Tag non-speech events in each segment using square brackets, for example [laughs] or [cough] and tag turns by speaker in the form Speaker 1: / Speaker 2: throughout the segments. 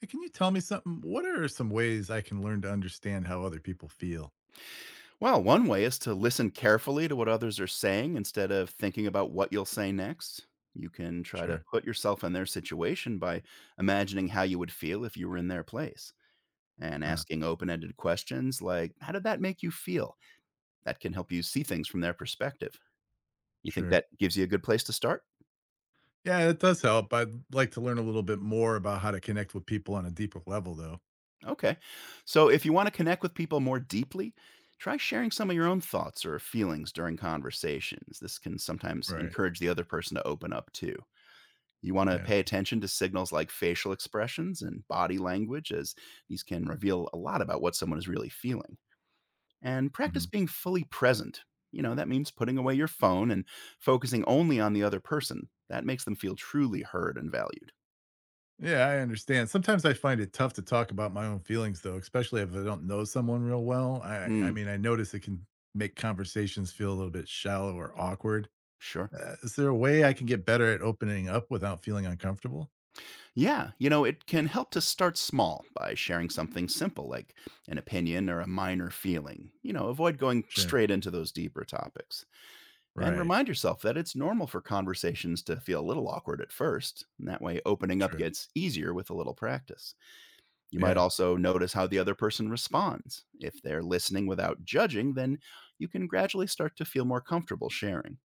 Speaker 1: Hey, can you tell me something? What are some ways I can learn to understand how other people feel?
Speaker 2: Well, one way is to listen carefully to what others are saying instead of thinking about what you'll say next. You can try to
Speaker 1: Sure.
Speaker 2: put yourself in their situation by imagining how you would feel if you were in their place and
Speaker 1: Uh,
Speaker 2: asking open ended questions like, How did that make you feel? That can help you see things from their perspective. You think
Speaker 1: sure.
Speaker 2: that gives you a good place to start?
Speaker 1: Yeah, it does help. I'd like to learn a little bit more about how to connect with people on a deeper level, though.
Speaker 2: Okay. So if you want to connect with people more deeply, try sharing some of your own thoughts or feelings during conversations. This can sometimes
Speaker 1: Right.
Speaker 2: encourage the other person to open up too. You want to pay
Speaker 1: Gotcha.
Speaker 2: attention to signals like facial expressions and body language, as these can reveal a lot about what someone is really feeling. And practice
Speaker 1: Hmm.
Speaker 2: being fully present. You know, that means putting away your phone and focusing only on the other person. That makes them feel truly heard and valued.
Speaker 1: Yeah, I understand. Sometimes I find it tough to talk about my own feelings, though, especially if I don't know someone real well. I, I
Speaker 2: Mm,
Speaker 1: mean, I notice it can make conversations feel a little bit shallow or awkward.
Speaker 2: sure.
Speaker 1: Is there a way I can get better at opening up without feeling uncomfortable?
Speaker 2: Yeah, you know, it can help to start small by sharing something simple like an opinion or a minor feeling. You know, avoid going
Speaker 1: Sure.
Speaker 2: straight into those deeper topics. And
Speaker 1: Right.
Speaker 2: remind yourself that it's normal for conversations to feel a little awkward at first. And that way, opening up
Speaker 1: True.
Speaker 2: gets easier with a little practice. You might
Speaker 1: Yeah.
Speaker 2: also notice how the other person responds. If they're listening without judging, then you can gradually start to feel more comfortable sharing.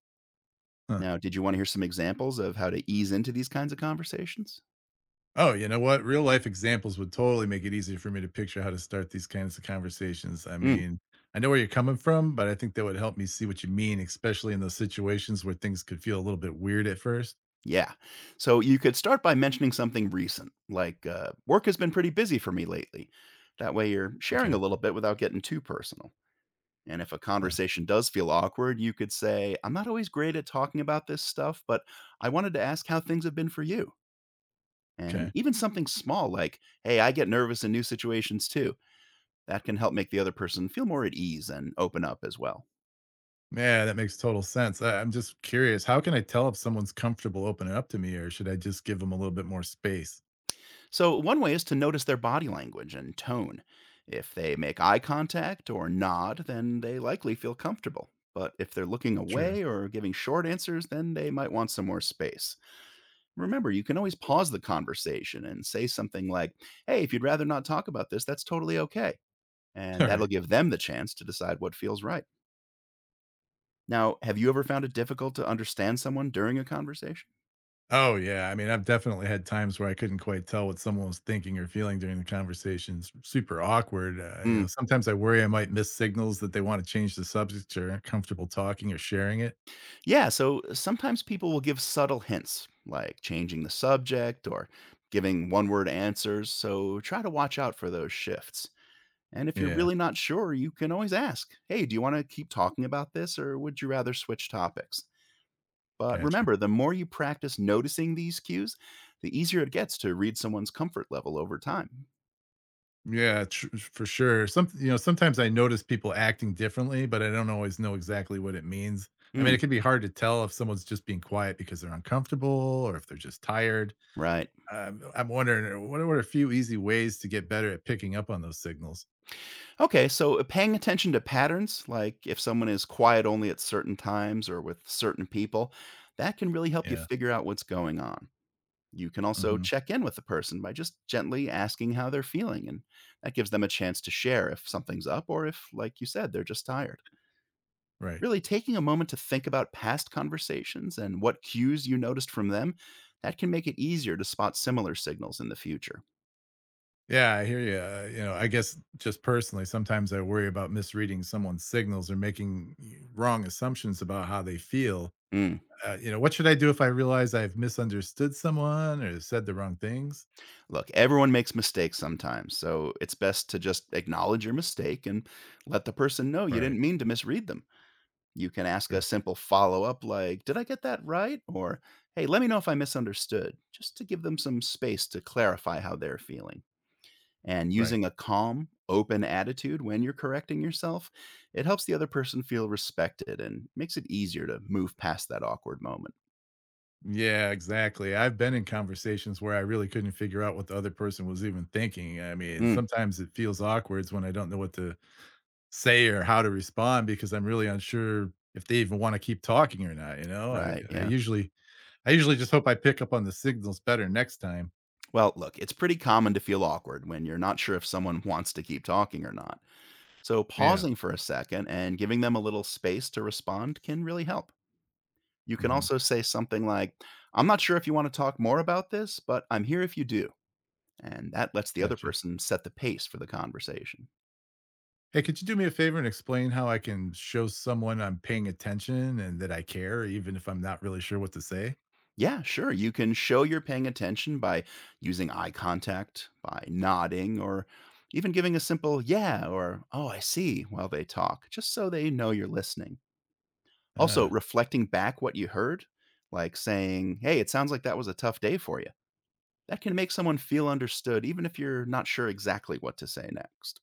Speaker 1: Huh.
Speaker 2: Now, did you want to hear some examples of how to ease into these kinds of conversations?
Speaker 1: Oh, you know what? Real life examples would totally make it easier for me to picture how to start these kinds of conversations. I
Speaker 2: Mm,
Speaker 1: mean, I know where you're coming from, but I think that would help me see what you mean, especially in those situations where things could feel a little bit weird at first.
Speaker 2: yeah. So you could start by mentioning something recent, like work has been pretty busy for me lately. That way, you're sharing a
Speaker 1: Okay.
Speaker 2: little bit without getting too personal. And if a
Speaker 1: Uh,
Speaker 2: conversation does feel awkward, you could say, I'm not always great at talking about this stuff, but I wanted to ask how things have been for you. And
Speaker 1: Okay.
Speaker 2: even something small like, hey, I get nervous in new situations too. That can help make the other person feel more at ease and open up as well.
Speaker 1: Yeah, that makes total sense. I'm just curious, how can I tell if someone's comfortable opening up to me, or should I just give them a little bit more space?
Speaker 2: So, one way is to notice their body language and tone. If they make eye contact or nod, then they likely feel comfortable. But if they're looking
Speaker 1: True.
Speaker 2: away or giving short answers, then they might want some more space. Remember, you can always pause the conversation and say something like, Hey, if you'd rather not talk about this, that's totally okay.
Speaker 1: [laughs]
Speaker 2: And
Speaker 1: All
Speaker 2: that'll
Speaker 1: right.
Speaker 2: give them the chance to decide what feels right. Now, have you ever found it difficult to understand someone during a conversation?
Speaker 1: Oh, yeah. I mean, I've definitely had times where I couldn't quite tell what someone was thinking or feeling during the conversations. Super awkward. You
Speaker 2: Mm.
Speaker 1: know, sometimes I worry I might miss signals that they want to change the subject or aren't comfortable talking or sharing it.
Speaker 2: Yeah, so sometimes people will give subtle hints, like changing the subject or giving one word answers. So try to watch out for those shifts. And if you're
Speaker 1: Yeah,
Speaker 2: really not sure, you can always ask, Hey, do you want to keep talking about this or would you rather switch topics? But
Speaker 1: gotcha.
Speaker 2: remember, the more you practice noticing these cues, the easier it gets to read someone's comfort level over time.
Speaker 1: Yeah, for sure. You know, sometimes I notice people acting differently, but I don't always know exactly what it means. I mean,
Speaker 2: Mm,
Speaker 1: it can be hard to tell if someone's just being quiet because they're uncomfortable or if they're just tired.
Speaker 2: right.
Speaker 1: I'm wondering, what are a few easy ways to get better at picking up on those signals?
Speaker 2: Okay, so paying attention to patterns, like if someone is quiet only at certain times or with certain people, that can really help you
Speaker 1: Yeah.
Speaker 2: figure out what's going on. You can also
Speaker 1: Mm-hmm.
Speaker 2: check in with the person by just gently asking how they're feeling, and that gives them a chance to share if something's up or if, like you said, they're just tired.
Speaker 1: Right.
Speaker 2: Really taking a moment to think about past conversations and what cues you noticed from them, that can make it easier to spot similar signals in the future.
Speaker 1: Yeah, I hear you. You know, I guess just personally, sometimes I worry about misreading someone's signals or making wrong assumptions about how they feel.
Speaker 2: Mm.
Speaker 1: You know, what should I do if I realize I've misunderstood someone or said the wrong things?
Speaker 2: Look, everyone makes mistakes sometimes, so it's best to just acknowledge your mistake and let the person know you
Speaker 1: Right.
Speaker 2: didn't mean to misread them. You can ask a
Speaker 1: True.
Speaker 2: simple follow up like, Did I get that right? Or, Hey, let me know if I misunderstood, just to give them some space to clarify how they're feeling. And
Speaker 1: Right.
Speaker 2: using a calm, open attitude when you're correcting yourself, it helps the other person feel respected and makes it easier to move past that awkward moment.
Speaker 1: Yeah, exactly. I've been in conversations where I really couldn't figure out what the other person was even thinking. I mean,
Speaker 2: Mm,
Speaker 1: sometimes it feels awkward when I don't know what to say or how to respond because I'm really unsure if they even want to keep talking or not. You know,
Speaker 2: right. Yeah.
Speaker 1: I usually just hope I pick up on the signals better next time.
Speaker 2: Well, look, it's pretty common to feel awkward when you're not sure if someone wants to keep talking or not. So,
Speaker 1: Yeah.
Speaker 2: pausing for a second and giving them a little space to respond can really help. You can
Speaker 1: Mhm.
Speaker 2: also say something like, I'm not sure if you want to talk more about this, but I'm here if you do. And that lets the other
Speaker 1: Gotcha.
Speaker 2: person set the pace for the conversation.
Speaker 1: Hey, could you do me a favor and explain how I can show someone I'm paying attention and that I care, even if I'm not really sure what to say?
Speaker 2: Yeah, sure. You can show you're paying attention by using eye contact, by nodding, or even giving a simple yeah or oh, I see while they talk, just so they know you're listening. Also,
Speaker 1: Uh,
Speaker 2: reflecting back what you heard, like saying, hey, it sounds like that was a tough day for you. That can make someone feel understood, even if you're not sure exactly what to say next.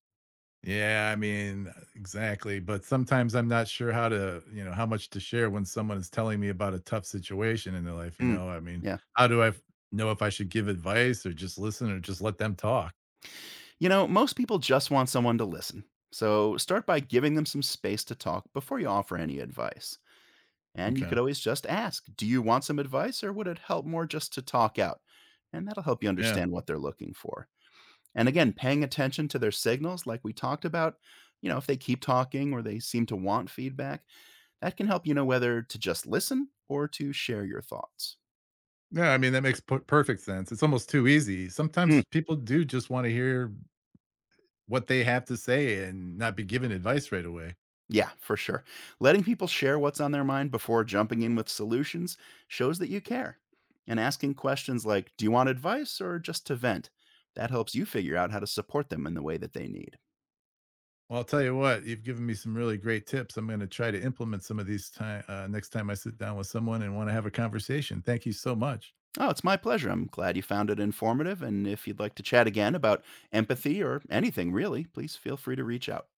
Speaker 1: yeah, I mean, exactly. But sometimes I'm not sure how to, you know, how much to share when someone is telling me about a tough situation in their life. You
Speaker 2: Mm,
Speaker 1: know, I mean,
Speaker 2: yeah.
Speaker 1: how do I f- know if I should give advice or just listen or just let them talk?
Speaker 2: You know, most people just want someone to listen. So start by giving them some space to talk before you offer any advice. And you
Speaker 1: Okay.
Speaker 2: could always just ask, Do you want some advice or would it help more just to talk out? And that'll help you
Speaker 1: Yeah.
Speaker 2: understand what they're looking for. And again, paying attention to their signals, like we talked about, you know, if they keep talking or they seem to want feedback, that can help you know whether to just listen or to share your thoughts.
Speaker 1: Yeah, I mean, that makes perfect sense. It's almost too easy.
Speaker 2: Mm,
Speaker 1: Sometimes people do just wanna hear what they have to say and not be given advice right away.
Speaker 2: yeah, for sure. Letting people share what's on their mind before jumping in with solutions shows that you care. And asking questions like, Do you want advice or just to vent? That helps you figure out how to support them in the way that they need.
Speaker 1: Well, I'll tell you what, you've given me some really great tips. I'm gonna try to implement some of these time next time I sit down with someone and wanna have a conversation. Thank you so much.
Speaker 2: Oh, it's my pleasure. I'm glad you found it informative. And if you'd like to chat again about empathy or anything really, please feel free to reach out.